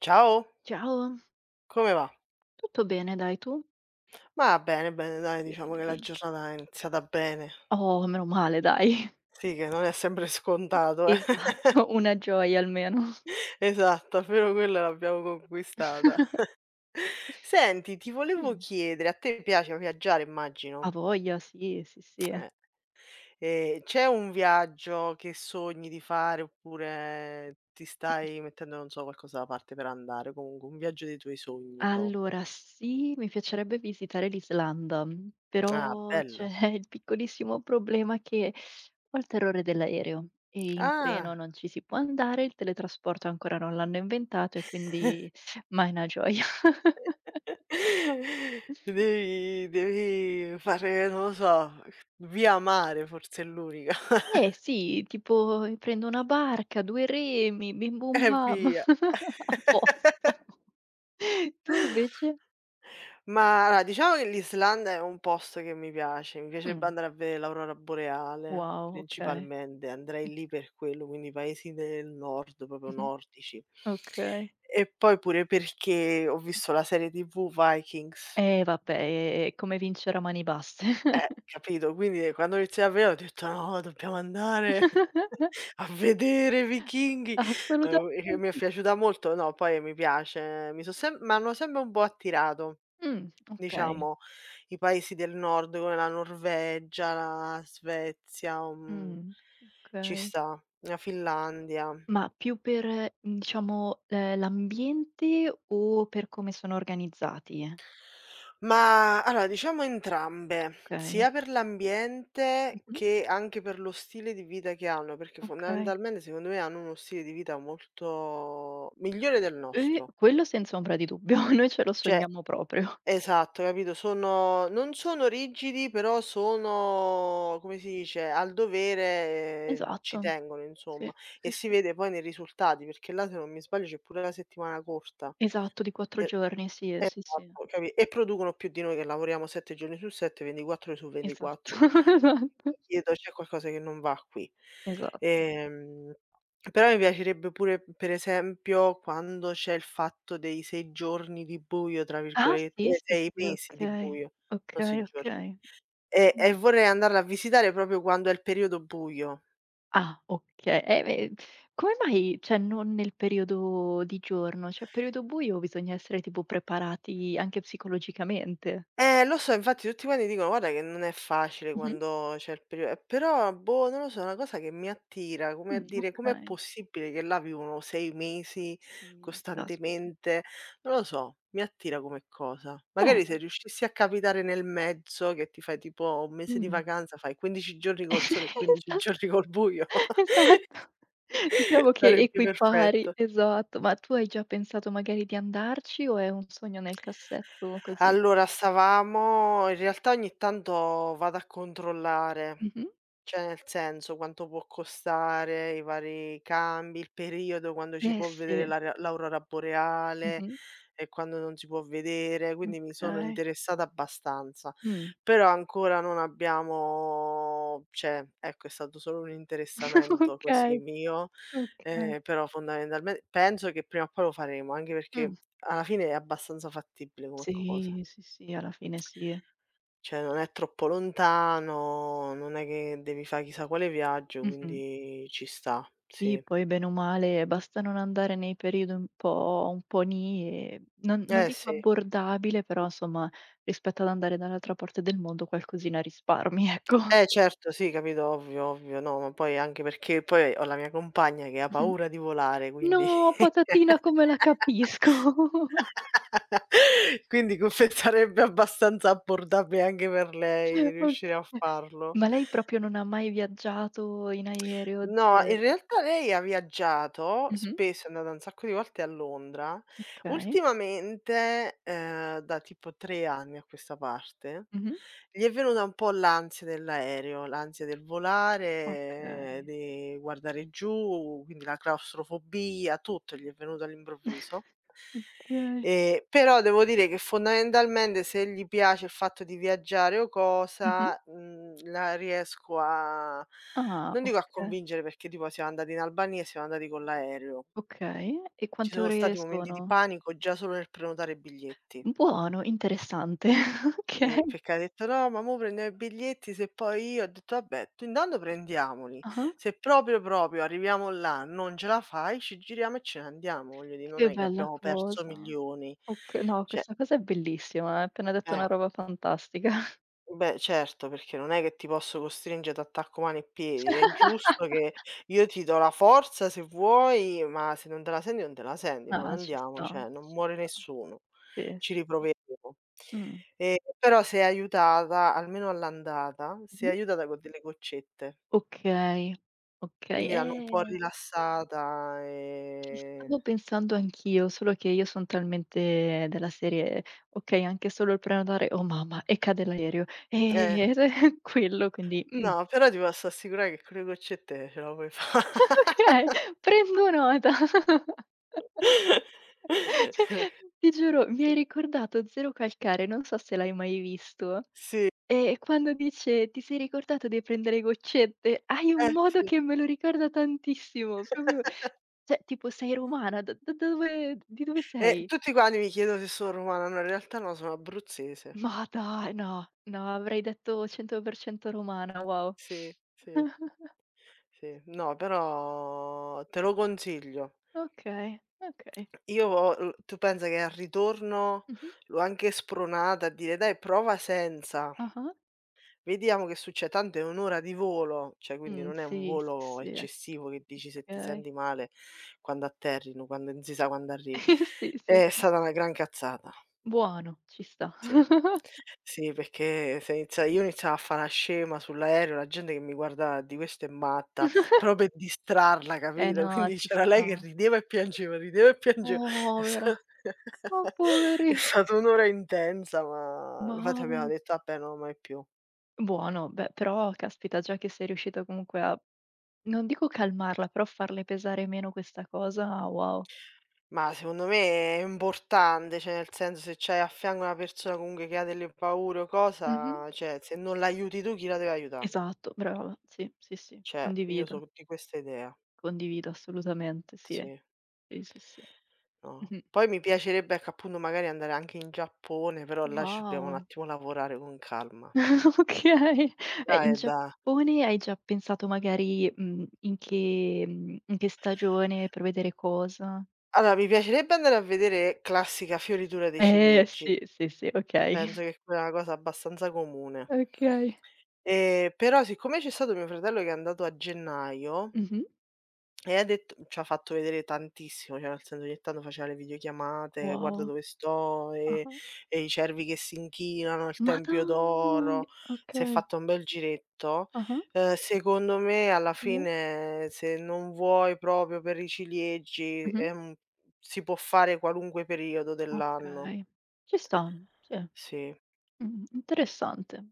Ciao, Ciao, come va? tutto bene dai, tu? Ma bene, bene dai, diciamo Bene, che la bene. giornata è iniziata bene. Oh, meno male dai. Sì, che non è sempre scontato, eh. Esatto, una gioia almeno. Esatto, però quella l'abbiamo conquistata. Senti, ti volevo Mh, chiedere, a te piace viaggiare a immagino? voglia, sì, sì, sì. Eh. C'è un viaggio che sogni di fare oppure ti stai mettendo, non so, qualcosa da parte per andare, comunque un viaggio dei tuoi sogni proprio? Allora sì, mi piacerebbe visitare l'Islanda, Ah, però c'è bello. il piccolissimo problema che ho il terrore dell'aereo e in treno Ah. non ci si può andare, il teletrasporto ancora non l'hanno inventato e quindi, mah, è una gioia. Devi fare, non lo so, via mare forse è l'unica. Eh sì, tipo, prendo una barca, 2 remi, bim bum E bam, via. a posto. Tu invece? Ma allora, diciamo che l'Islanda è un posto che mi piace, mi piacerebbe Mh, andare a vedere l'aurora boreale, wow, okay. principalmente, andrei lì per quello, quindi paesi del nord, proprio Mh-mh. nordici. Okay. E poi pure perché ho visto la serie TV Vikings. Eh vabbè, è come vincere a mani basse. Capito, quindi quando ho iniziato a ve ho detto: "No, dobbiamo andare a vedere i vichinghi." E che mi è Assolutamente. piaciuta molto, no, poi mi piace, mi so sem m'hanno sempre un po' attirato, Okay. diciamo, i paesi del nord come la Norvegia, la Svezia, mhmm, Mh, ci okay. sta, la Finlandia. Ma più per, diciamo, l'ambiente o per come sono organizzati? Ma allora diciamo entrambe, Okay. sia per l'ambiente Mh-mh. che anche per lo stile di vita che hanno, perché Okay. fondamentalmente secondo me hanno uno stile di vita molto migliore del nostro. Quello senza ombra di dubbio, noi ce lo Cioè sogniamo proprio. esatto, capito, sono non sono rigidi, però sono come si dice, al dovere, ci Esatto. tengono insomma Sì. e Sì, si sì. vede poi nei risultati, perché là se non mi sbaglio c'è pure la settimana corta. Esatto, di 4 E giorni, sì, sì, sì. Esatto, capi e producono più di noi che lavoriamo 7 giorni su 7, 24 ore su Esatto, 24. esatto, Mi chiedo: c'è qualcosa che non va qui. esatto. Ehm, però mi piacerebbe pure, per esempio, quando c'è il fatto dei 6 giorni di "buio" tra Ah sì, virgolette, sì, 6 sì, mesi di okay, buio, non 6 okay, giorni. okay. E Mh. vorrei andarla a visitare proprio quando è il periodo buio. Ah, okay. Eh beh, come mai, cioè non nel periodo di giorno? Cioè periodo buio bisogna essere tipo preparati anche psicologicamente. Lo so, infatti tutti quanti dicono: "Guarda che non è facile Mh-mh. quando c'è il perio" però boh, non lo so, è una cosa che mi attira, come a dire: "Com'è Okay. possibile che là vivono 6 mesi Sì, caspita. costantemente?" Non lo so, mi attira come cosa. Magari se Bene. riuscissi a capitare nel mezzo, che ti fai tipo 1 mese di Mh. vacanza, fai 15 giorni col Esa sole e 15 giorni col buio, esatto. Diciamo che sarebbe equipari, perfetto. esatto. Ma tu hai già pensato magari di andarci o è un sogno nel cassetto così? Allora stavamo in realtà ogni tanto vado a controllare. Mh-mh. Cioè, nel senso, quanto può costare, i vari cambi, il periodo quando ci Eh può vedere sì. L'aurora boreale Mh-mh. e quando non si può vedere, quindi mi sono Okay. interessata abbastanza. Mh. Però ancora non abbiamo cioè, ecco, è stato solo un interessamento così Okay, mio, okay. Però fondamentalmen penso che prima o poi lo faremo, anche Mh. perché alla fine è abbastanza fattibile come cosa. Sì, sì, sì, alla fine sì. Cioè non è troppo lontano, non è che devi fa' chissà quale viaggio, Mh-mh. quindi ci sta, Sì, sì. poi bene o male basta non andare nei periodi un po' nì e non Eh dico sì. abbordabile, però insomma rispetto ad andare dall'altra parte del mondo qualcosina risparmi, ecco. Eh certo, sì, capito, ovvio, ovvio. No, ma poi anche perché poi ho la mia compagna che ha Mh-mh. paura di volare, quindi No, patatina come la capisco. quindi confezionerebbe abbastanza abbordabile anche per lei Oka riuscire a farlo. Ma lei proprio non ha mai viaggiato in aereo? No, in Zero. realtà lei ha viaggiato Mh-mh. spesso, è andata un sacco di volte a Londra. Okay. Ultimamente, da tipo 3 anni a questa parte, Mh-mh. gli è venuta un po' l'ansia dell'aereo, l'ansia del volare, Okay. di guardare giù, quindi la claustrofobia, tutto gli è venuto all'improvviso. Okay. Però devo dire che fondamentalmente se gli piace il fatto di viaggiare o Mh-mh. cosa, mhmm, la riesco a Ah, non dico a convincere perché tipo siamo andati in Albania e siamo andati con l'aereo. okay. E Ci quante sono ore stati momenti di sono? panico già solo nel prenotare i biglietti. Buono, interessante. Okay. Sì, perché ha detto: "No, ma mo prendiamo i biglietti se poi io" ho detto: "Vabbè, tu intanto prendiamoli, Ah-ah. se proprio, proprio arriviamo là, non ce la fai, ci giriamo e ce ne andiamo." Voglio dire, non Che è che bella abbiamo perso cosa. milioni. Oka no, Cioè questa cosa è bellissima, hai appena detto eh. una roba fantastica. Beh, certo, perché non è che ti posso costringere ad attacco mani e piedi. È giusto che io ti do la forza se vuoi, ma se non te la senti non te la senti, non Ah, ci andiamo, sta, cioè non ci muore sta. nessuno. Sì, Ci sì, sì. riproveremo. Mh. Però sei aiutata, almeno all'andata, sei Mh-mh. aiutata con delle goccette, Okay, okay. quindi l'hanno un po' rilassata, Ci stavo pensando anch'io, solo che io son talmente della serie: okay, anche solo il prenotare, "Oh mamma, e cade l'aereo, eh, quello", quindi no, però ti posso assicurare che con le goccette ce la puoi fa'. okay, prendo nota. Ti giuro, mi hai ricordato Zero Calcare, non so se l'hai mai visto. Sì, E quando dice: "Ti sei ricordato di prendere goccette?" Hai un eh modo sì. che me lo ricorda tantissimo, proprio cioè tipo: "Sei romana? Da da dove Di dove E sei?" tutti quanti mi chiedono se sono romana, no in realtà no, sono abruzzese. Ma dai, no, no, avrei detto 100% romana, wow. Sì, sì, sì. No, però te lo consiglio. Okay, okay. Io ho l tu pensa che al ritorno Mh-mh. l'ho anche spronata a dire: "Dai prova senza, Ah-ah. vediamo che succe" tanto è 1 ora di volo, cioè quindi non è un Sì, sì, volo sì, eccessivo che dici se ti okay. senti male quando atterrino, quando non si sa quando arrivi. Sì, sì, È sì. stata una gran cazzata. Buono, ci sta. Sì. Sì, perché se inizia io iniziavo a fa' la scema sull'aereo, la gente che mi guardava di: "Questa è matta", proprio per distrarla, Eh capito? no, Quindi ci c'era lei che sta. rideva e piangeva, rideva e piangeva. È sta Povera, ma è poverina. stata un'ora intensa, ma infatti Mamma abbiamo mi detto: "Vabbè, no mai più". Buono, beh, però caspita, già che sei riuscito comunque a non dico calmarla, però farle pesare meno questa cosa, wow. Ma secondo me è importante, cioè nel senso se c'hai a fianco una persona comunque che ha delle paure o Mh-mh. cosa, cioè se non l'aiuti tu chi la deve aiutà? Esatto, brava. Sì, sì, sì, Cioè io condivido, so' di questa idea. condivido assolutamente, sì. Sì. Sì, sì, sì. No. Mh-mh. Poi mi piacerebbe, ecco, appunto, magari andare anche in Giappone, però là ci dobbiamo un Wow, attimo lavorare con calma. okay. E Là in è da Giappone hai già pensato magari, in che stagione, per vedere cosa? allora mi piacerebbe andare a vedere classica fioritura dei ciliegi, Sì, sì, sì, okay. penso che quella è una cosa abbastanza comune. Okay. Però siccome c'è stato mio fratello che è andato a gennaio Mh-mh. E ha dett ci ha fatto vedere tantissimo, cioè nel senso ogni tanto faceva le videochiamate, guarda Wow. dove sto, e Ah-ah. e i cervi che si inchinano, il Ma Tempio d'oro. dai! S'è Okay. fatto un bel giretto. Ah-ah. Secondo me alla Sì. fine se non vuoi proprio per i ciliegi, Mh-mh. Si può fare qualunque periodo dell'anno. Okay. Ci sta, sì. Sì, Mh-mh. Interessante.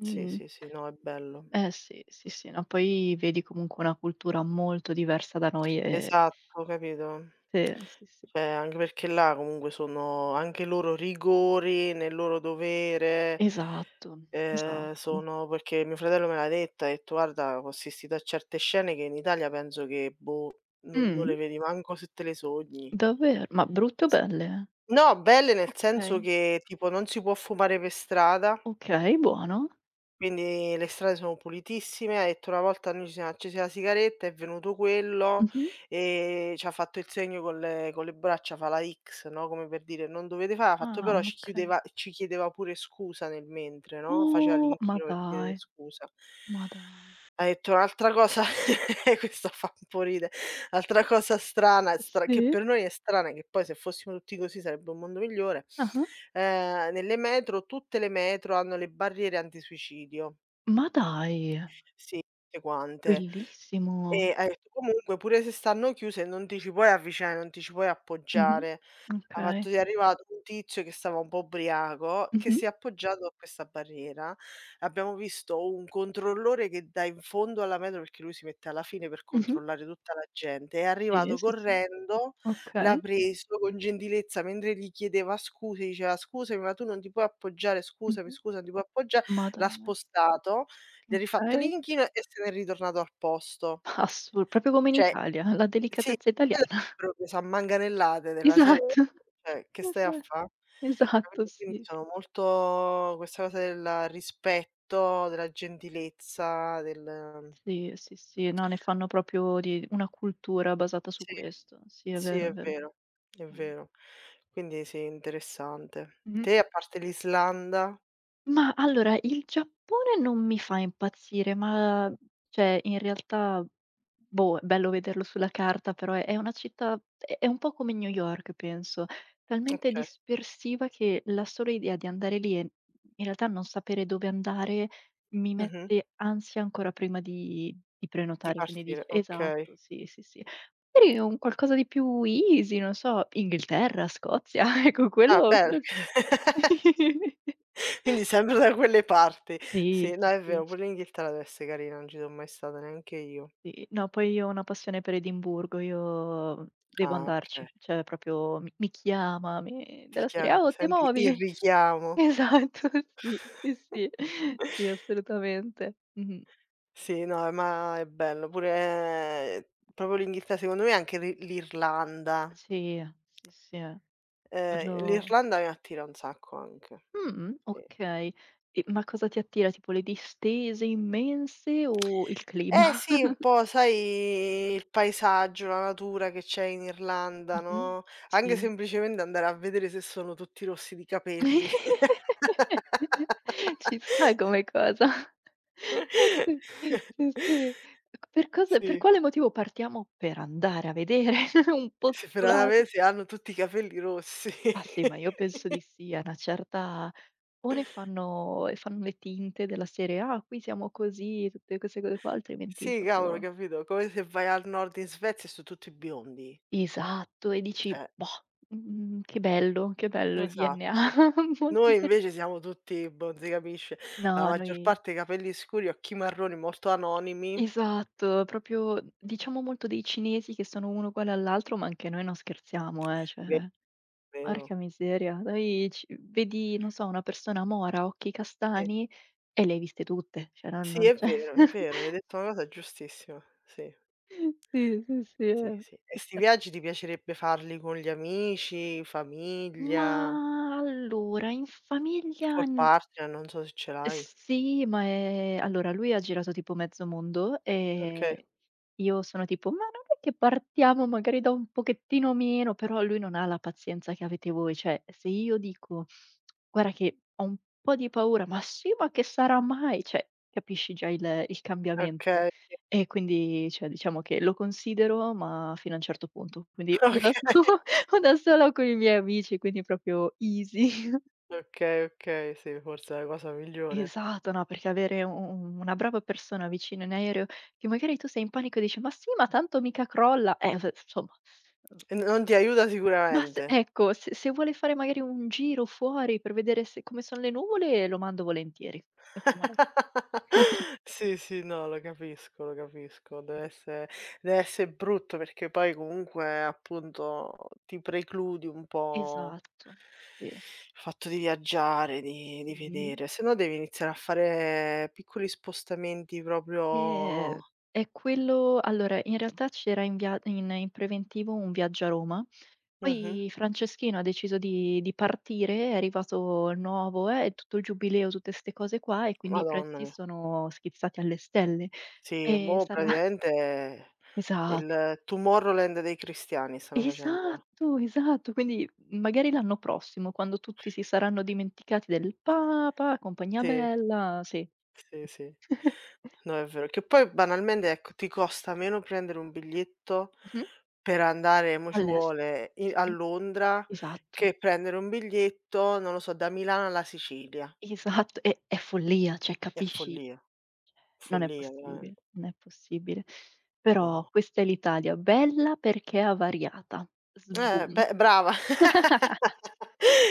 sì, sì, sì, no è bello. Eh sì, sì, sì, no, poi vedi comunque una cultura molto diversa da noi e Esatto, capito? sì, sì, sì. Cioè, anche perché là comunque sono anche i loro rigori nel loro dovere, Esatto, esatto. sono perché mio fratello me l'ha detta, ha detto: "Guarda, ho assistito a certe scene che in Italia penso che, boh, non Mh, le vedi manco se te le sogni". daver ma brutte o belle? No, belle nel senso Okay. che tipo non si può fumare per strada. Okay, buono. Quindi le strade sono pulitissime. Ha detto una volta noi ci siamo accesi la sigaretta, è venuto quello Mh-mh. e c'ha fatto il segno con le braccia, fa la X, no, come per dire: "Non dovete fa" ha fatto Ah, però oka ci chiedeva pure scusa nel mentre, no, faceva Oh, ma l'inchino per dai, chiedere scusa. ma dai. Ha detto un'altra cosa questa fa un po' ridere, altra cosa strana, stra che Sì, per noi è strana, che poi se fossimo tutti così sarebbe un mondo migliore, ah-ah. Nelle metro tutte le metro hanno le barriere antisuicidio. Ma dai, Sì, tutte quante. bellissimo. E hai detto comunque pure se stanno chiuse non ti ci puoi avvicinare, non ti ci puoi Mh-mh. appoggiare. Ha Okay. fatto è arrivato un tizio che stava un po' ubriaco, che Mh-mh, si è appoggiato a questa barriera. Abbiamo visto un controllore che da in fondo alla metro, perché lui si mette alla fine per mh-mh. controllare tutta la gente, è Sì, arrivato sì, sì. correndo, l'ha Okay, preso con gentilezza mentre gli chiedeva scuse, diceva: "Scusami, ma tu non ti puoi appoggiare, scusami, mh-mh. scusa, non ti puoi appoggia". Ma L'ha dai, spostato, gli ha rifatto okay. l'inchino e se n'è ritornato al posto. Assu proprio come in Cioè Italia, la sì, delicatezza quelle italiana. proprio s'ammanganellate della serie Esatto, cioè: "Che stai a esa fa'?" Esatto, Capito, quindi sì, s sono molto questa cosa del rispetto, della gentilezza, del sì, sì, sì, no, ne fanno proprio di una cultura basata su sì, questo. Sì, è sì vero, è è vero. vero, è Mh. vero. Quindi sì, interessante. Mh-mh. Te, a parte l'Islanda Ma allora il Giappone non mi fa impazzire, ma cioè in realtà, boh, è bello vederlo sulla carta, però è una città, è un po' come New York penso, talmente okay, dispersiva che la sola idea di andare lì e in realtà non sapere dove andare mi mh-mh, mette ansia ancora prima di di prenotare, quindi partire, dici okay. esatto, sì, sì, sì. Magari un qualcosa di più easy, non so, Inghilterra, Scozia, ecco Ah quello bene, quello sì. quindi sempre da quelle parti. Sì, Sì, no sì, è vero, sì, pure l'Inghilterra dev'esse carina, non ci so' mai stata neanche io. sì. No, poi io ho una passione per Edimburgo, io devo Ah okay, andarci, cioè proprio mi chiama, mi ti della chia serie: "Oh, te senti il movi?" richiamo. Esatto, sì, sì, sì, sì, assolutamente. Mh-mh. Sì, no, ma è bello. Pure proprio l'Inghilterra, secondo me anche l'Irlanda. Sì, sì, sì, eh. Ehm, Quello l'Irlanda mi attira un sacco anche, sì. okay. E ma cosa ti attira? Tipo le distese immense o il Eh clima? sì, un po' sai il paesaggio, la natura che c'è in Irlanda, Mh-mh. no, anche Sì. semplicemente andare a vedere se sono tutti rossi di capelli. Ci sta come cosa. Eh sì, sì, sì. Per Sì, quale motivo partiamo per andare a vedere un se per postulato? Anapesi hanno tutti i capelli rossi. Ma sì, ma io penso di sì, a una certa o ne fanno e fanno le tinte della serie: "Ah, qui siamo così", tutte queste cose qua, altrimenti Sì, cavolo, proprio capito? Come se vai al nord in Svezia e so' tutti biondi. esatto, e dici: Cioè "Boh, che bello il DNA", esatto. molto Noi interes invece siamo tutti, boh, non si capisce. La no, maggior noi parte capelli scuri, occhi marroni, molto anonimi. Esatto, proprio diciamo molto dei cinesi che sono uno uguale all'altro, ma anche noi non scherziamo, cioè Ve vero. porca miseria. Noi ci vedi, non so, una persona mora, occhi Sì. castani e le hai viste tutte, cioè non Sì, non c'è. È vero, hai detto una cosa giustissima. Sì, Sì, sì, sì, è sì, sì. E è 'sti stra viaggi ti piacerebbe farli con gli amici, famiglia, ma allora in famiglia. col partner? Non so se ce l'hai. Sì, ma allora lui ha girato tipo mezzo mondo, Okay, io sono tipo: "Ma non è che partiamo magari da un pochettino meno?" Però lui non ha la pazienza che avete voi, cioè se io dico: "Guarda che ho un po' di paura", "Ma sì, ma che sarà mai?" Cioè capisci già il cambiamento. okay, E quindi cioè diciamo che lo considero, ma fino a un certo punto, quindi o okay, da o da sola o con i miei amici, quindi proprio easy. okay, okay, sì, forse è la cosa migliore. Esatto, no, perché avere u u una brava persona vicino in aereo, che magari tu sei in panico e dici: "Ma sì, ma tanto mica crolla". F insomma, uhm, E n non ti aiuta ma s sicuramente. ecco, se vuole fare magari un giro fuori per vedere se come sono le nuvole, lo mando volentieri, mettiamola co Sì, sì, no, lo capisco, lo capisco. Deve esse brutto perché poi comunque, appunto, ti precludi un po' Esatto, sì, il fatto di viaggiare, di sì. vedere. Se no devi iniziare a fare piccoli spostamenti Ehm, proprio è quello, allora in realtà c'era in preventivo un viaggio a Roma. mh-mh. Poi Franceschino ha deciso di partire, è arrivato il nuovo, e tutto il giubileo, tutte 'ste cose qua, e quindi i Madonna prezzi mia. sono schizzati alle stelle. Sì, E mo' sarà praticamente è esat il Tomorrowland dei cristiani stanno facendo. esatto, esatto. Quindi magari l'anno prossimo, quando tutti si saranno dimenticati del Papa, compagnia Sì. bella, sì. Sì, sì. No, è vero. Che poi banalmente, ecco, ti costa meno prendere un biglietto Mh-mh. per andare, mo' ci All'est vuole, i a sì, Londra, esatto, che prendere un biglietto, non lo so, da Milano alla Sicilia. esatto. È follia, cioè È capisci? follia, Non è follia possibile, veramente. non è possibile. Però No. questa è l'Italia, bella perché avariata. Sboom. Beh, brava.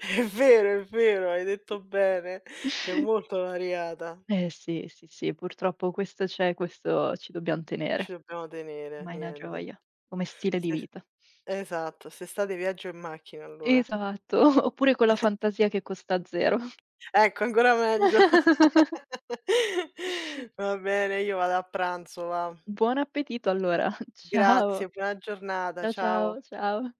È vero, hai detto bene. È molto variata. Eh sì, sì, sì, purtroppo questo c'è, questo ci dobbiam Ci tenere, dobbiamo tenere, ma è una niente. gioia, come stile di Se vita. esatto, st'estate viaggio in macchina allora. Esatto, oppure con la fantasia che costa 0. Ecco, ancora meglio. Va bene, io vado a pranzo va. Buon appetito allora. Grazie, Ciao. buona giornata, Ciao, ciao. ciao, ciao.